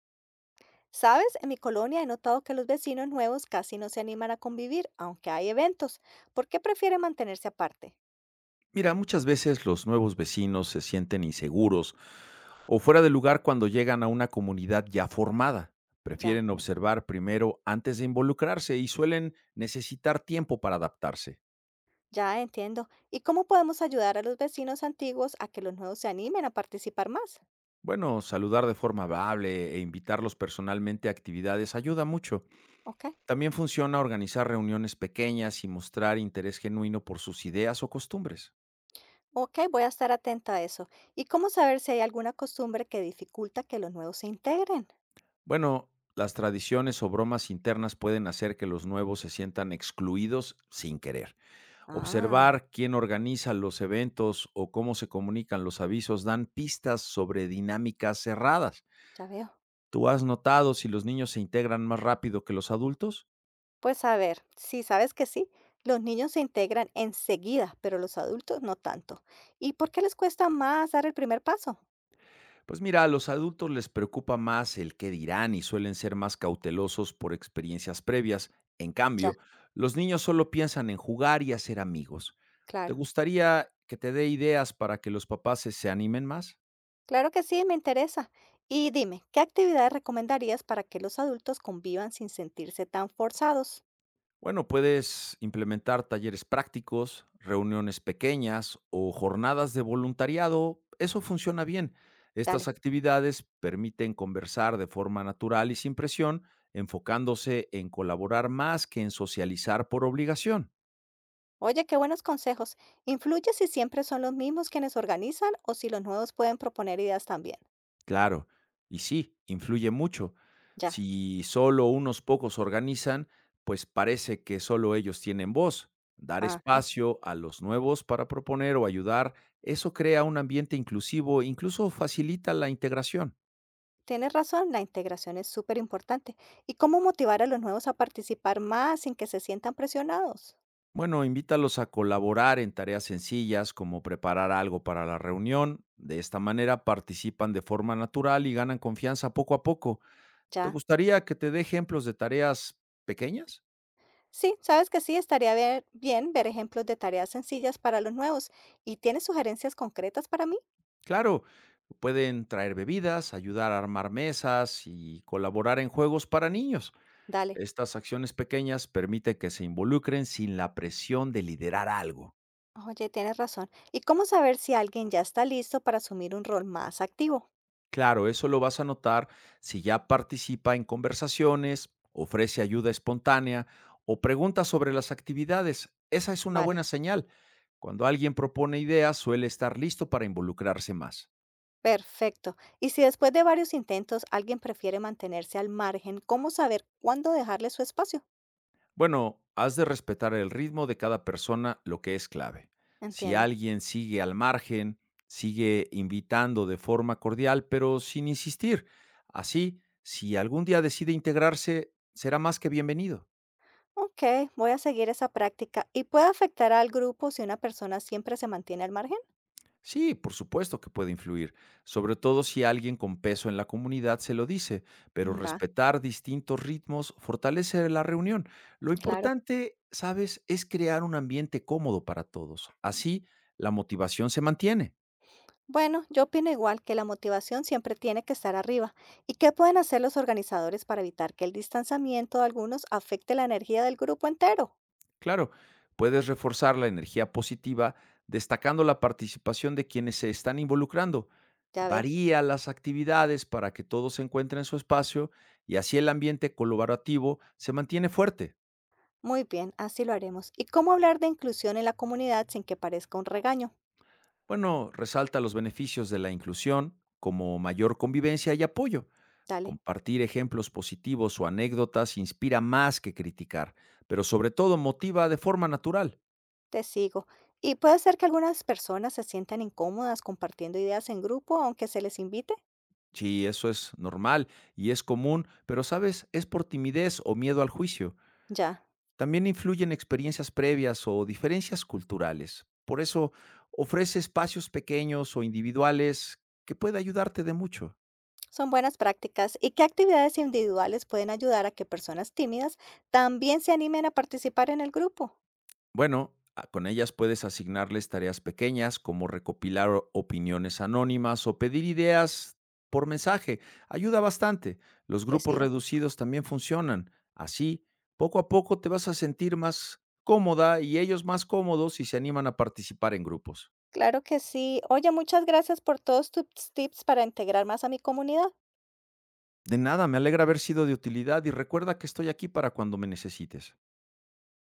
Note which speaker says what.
Speaker 1: ¿Sabes? En mi colonia he notado que los vecinos nuevos casi no se animan a convivir, aunque hay eventos. ¿Por qué prefieren mantenerse aparte?
Speaker 2: Mira, muchas veces los nuevos vecinos se sienten inseguros o fuera de lugar cuando llegan a una comunidad ya formada.
Speaker 1: Ya,
Speaker 2: Prefieren observar primero antes de involucrarse y suelen necesitar tiempo para adaptarse.
Speaker 1: ya entiendo. ¿Y cómo podemos ayudar a los vecinos antiguos a que los nuevos se animen a participar más?
Speaker 2: Bueno, saludar de forma amable e invitarlos personalmente a actividades ayuda mucho.
Speaker 1: Ok,
Speaker 2: También funciona organizar reuniones pequeñas y mostrar interés genuino por sus ideas o costumbres.
Speaker 1: ok, voy a estar atenta a eso. ¿Y cómo saber si hay alguna costumbre que dificulta que los nuevos se integren?
Speaker 2: Bueno, las tradiciones o bromas internas pueden hacer que los nuevos se sientan excluidos sin querer.
Speaker 1: Ah,
Speaker 2: Observar quién organiza los eventos o cómo se comunican los avisos dan pistas sobre dinámicas cerradas.
Speaker 1: ya veo.
Speaker 2: ¿Tú has notado si los niños se integran más rápido que los adultos?
Speaker 1: Pues a ver, sí, sabes que sí. Los niños se integran enseguida, pero los adultos no tanto. ¿Y por qué les cuesta más dar el primer paso?
Speaker 2: Pues mira, a los adultos les preocupa más el qué dirán y suelen ser más cautelosos por experiencias previas. En
Speaker 1: Ya.
Speaker 2: cambio, los niños solo piensan en jugar y hacer amigos. ¿Te
Speaker 1: Claro,
Speaker 2: gustaría que te dé ideas para que los papás se animen más?
Speaker 1: claro que sí, me interesa. Y dime, ¿qué actividades recomendarías para que los adultos convivan sin sentirse tan forzados?
Speaker 2: Bueno, puedes implementar talleres prácticos, reuniones pequeñas o jornadas de voluntariado. Eso funciona bien. Estas
Speaker 1: Dale.
Speaker 2: actividades permiten conversar de forma natural y sin presión, enfocándose en colaborar más que en socializar por obligación.
Speaker 1: Oye, qué buenos consejos. ¿Influye si siempre son los mismos quienes organizan o si los nuevos pueden proponer ideas también?
Speaker 2: Claro, y sí, influye mucho.
Speaker 1: Ya.
Speaker 2: Si solo unos pocos organizan, pues parece que solo ellos tienen voz. Dar
Speaker 1: Ajá.
Speaker 2: espacio a los nuevos para proponer o ayudar, eso crea un ambiente inclusivo, incluso facilita la integración.
Speaker 1: Tienes razón, la integración es súper importante. ¿Y cómo motivar a los nuevos a participar más sin que se sientan presionados?
Speaker 2: Bueno, invítalos a colaborar en tareas sencillas como preparar algo para la reunión. De esta manera participan de forma natural y ganan confianza poco a poco. ¿Te
Speaker 1: Ya.
Speaker 2: gustaría que te dé ejemplos de tareas pequeñas?
Speaker 1: Sí, sabes que sí, estaría bien ver ejemplos de tareas sencillas para los nuevos. ¿Y tienes sugerencias concretas para mí?
Speaker 2: Claro, pueden traer bebidas, ayudar a armar mesas y colaborar en juegos para niños.
Speaker 1: Dale.
Speaker 2: Estas acciones pequeñas permiten que se involucren sin la presión de liderar algo.
Speaker 1: Oye, tienes razón. ¿Y cómo saber si alguien ya está listo para asumir un rol más activo?
Speaker 2: Claro, eso lo vas a notar si ya participa en conversaciones, ofrece ayuda espontánea o pregunta sobre las actividades. Esa es una
Speaker 1: Vale,
Speaker 2: buena señal. Cuando alguien propone ideas, suele estar listo para involucrarse más.
Speaker 1: perfecto. Y si después de varios intentos alguien prefiere mantenerse al margen, ¿cómo saber cuándo dejarle su espacio?
Speaker 2: Bueno, has de respetar el ritmo de cada persona, lo que es clave. Si
Speaker 1: Entiendo.
Speaker 2: alguien sigue al margen, sigue invitando de forma cordial, pero sin insistir. Así, si algún día decide integrarse, será más que bienvenido.
Speaker 1: Ok, voy a seguir esa práctica. ¿Y puede afectar al grupo si una persona siempre se mantiene al margen?
Speaker 2: Sí, por supuesto que puede influir, sobre todo si alguien con peso en la comunidad se lo dice, pero
Speaker 1: Mm, va,
Speaker 2: respetar distintos ritmos fortalece la reunión. Lo
Speaker 1: claro.
Speaker 2: importante, sabes, es crear un ambiente cómodo para todos. Así, la motivación se mantiene.
Speaker 1: Bueno, yo opino igual que la motivación siempre tiene que estar arriba. ¿Y qué pueden hacer los organizadores para evitar que el distanciamiento de algunos afecte la energía del grupo entero?
Speaker 2: Claro, puedes reforzar la energía positiva destacando la participación de quienes se están involucrando.
Speaker 1: Ya veo.
Speaker 2: Varía las actividades para que todos se encuentren en su espacio y así el ambiente colaborativo se mantiene fuerte.
Speaker 1: Muy bien, así lo haremos. ¿Y cómo hablar de inclusión en la comunidad sin que parezca un regaño?
Speaker 2: Bueno, resalta los beneficios de la inclusión como mayor convivencia y apoyo.
Speaker 1: Dale,
Speaker 2: Compartir ejemplos positivos o anécdotas inspira más que criticar, pero sobre todo motiva de forma natural.
Speaker 1: te sigo. Y puede ser que algunas personas se sientan incómodas compartiendo ideas en grupo, aunque se les invite.
Speaker 2: Sí, eso es normal y es común, pero sabes, es por timidez o miedo al juicio.
Speaker 1: Ya,
Speaker 2: También influyen experiencias previas o diferencias culturales. Por eso, ofrece espacios pequeños o individuales que puede ayudarte de mucho.
Speaker 1: son buenas prácticas. ¿Y qué actividades individuales pueden ayudar a que personas tímidas también se animen a participar en el grupo?
Speaker 2: Bueno, con ellas puedes asignarles tareas pequeñas como recopilar opiniones anónimas o pedir ideas por mensaje. Ayuda bastante. Los
Speaker 1: Te
Speaker 2: grupos
Speaker 1: sigo.
Speaker 2: reducidos también funcionan. Así, poco a poco te vas a sentir más cómoda y ellos más cómodos y se animan a participar en grupos.
Speaker 1: Claro que sí. Oye, muchas gracias por todos tus tips para integrar más a mi comunidad.
Speaker 2: De nada, me alegra haber sido de utilidad y recuerda que estoy aquí para cuando me necesites.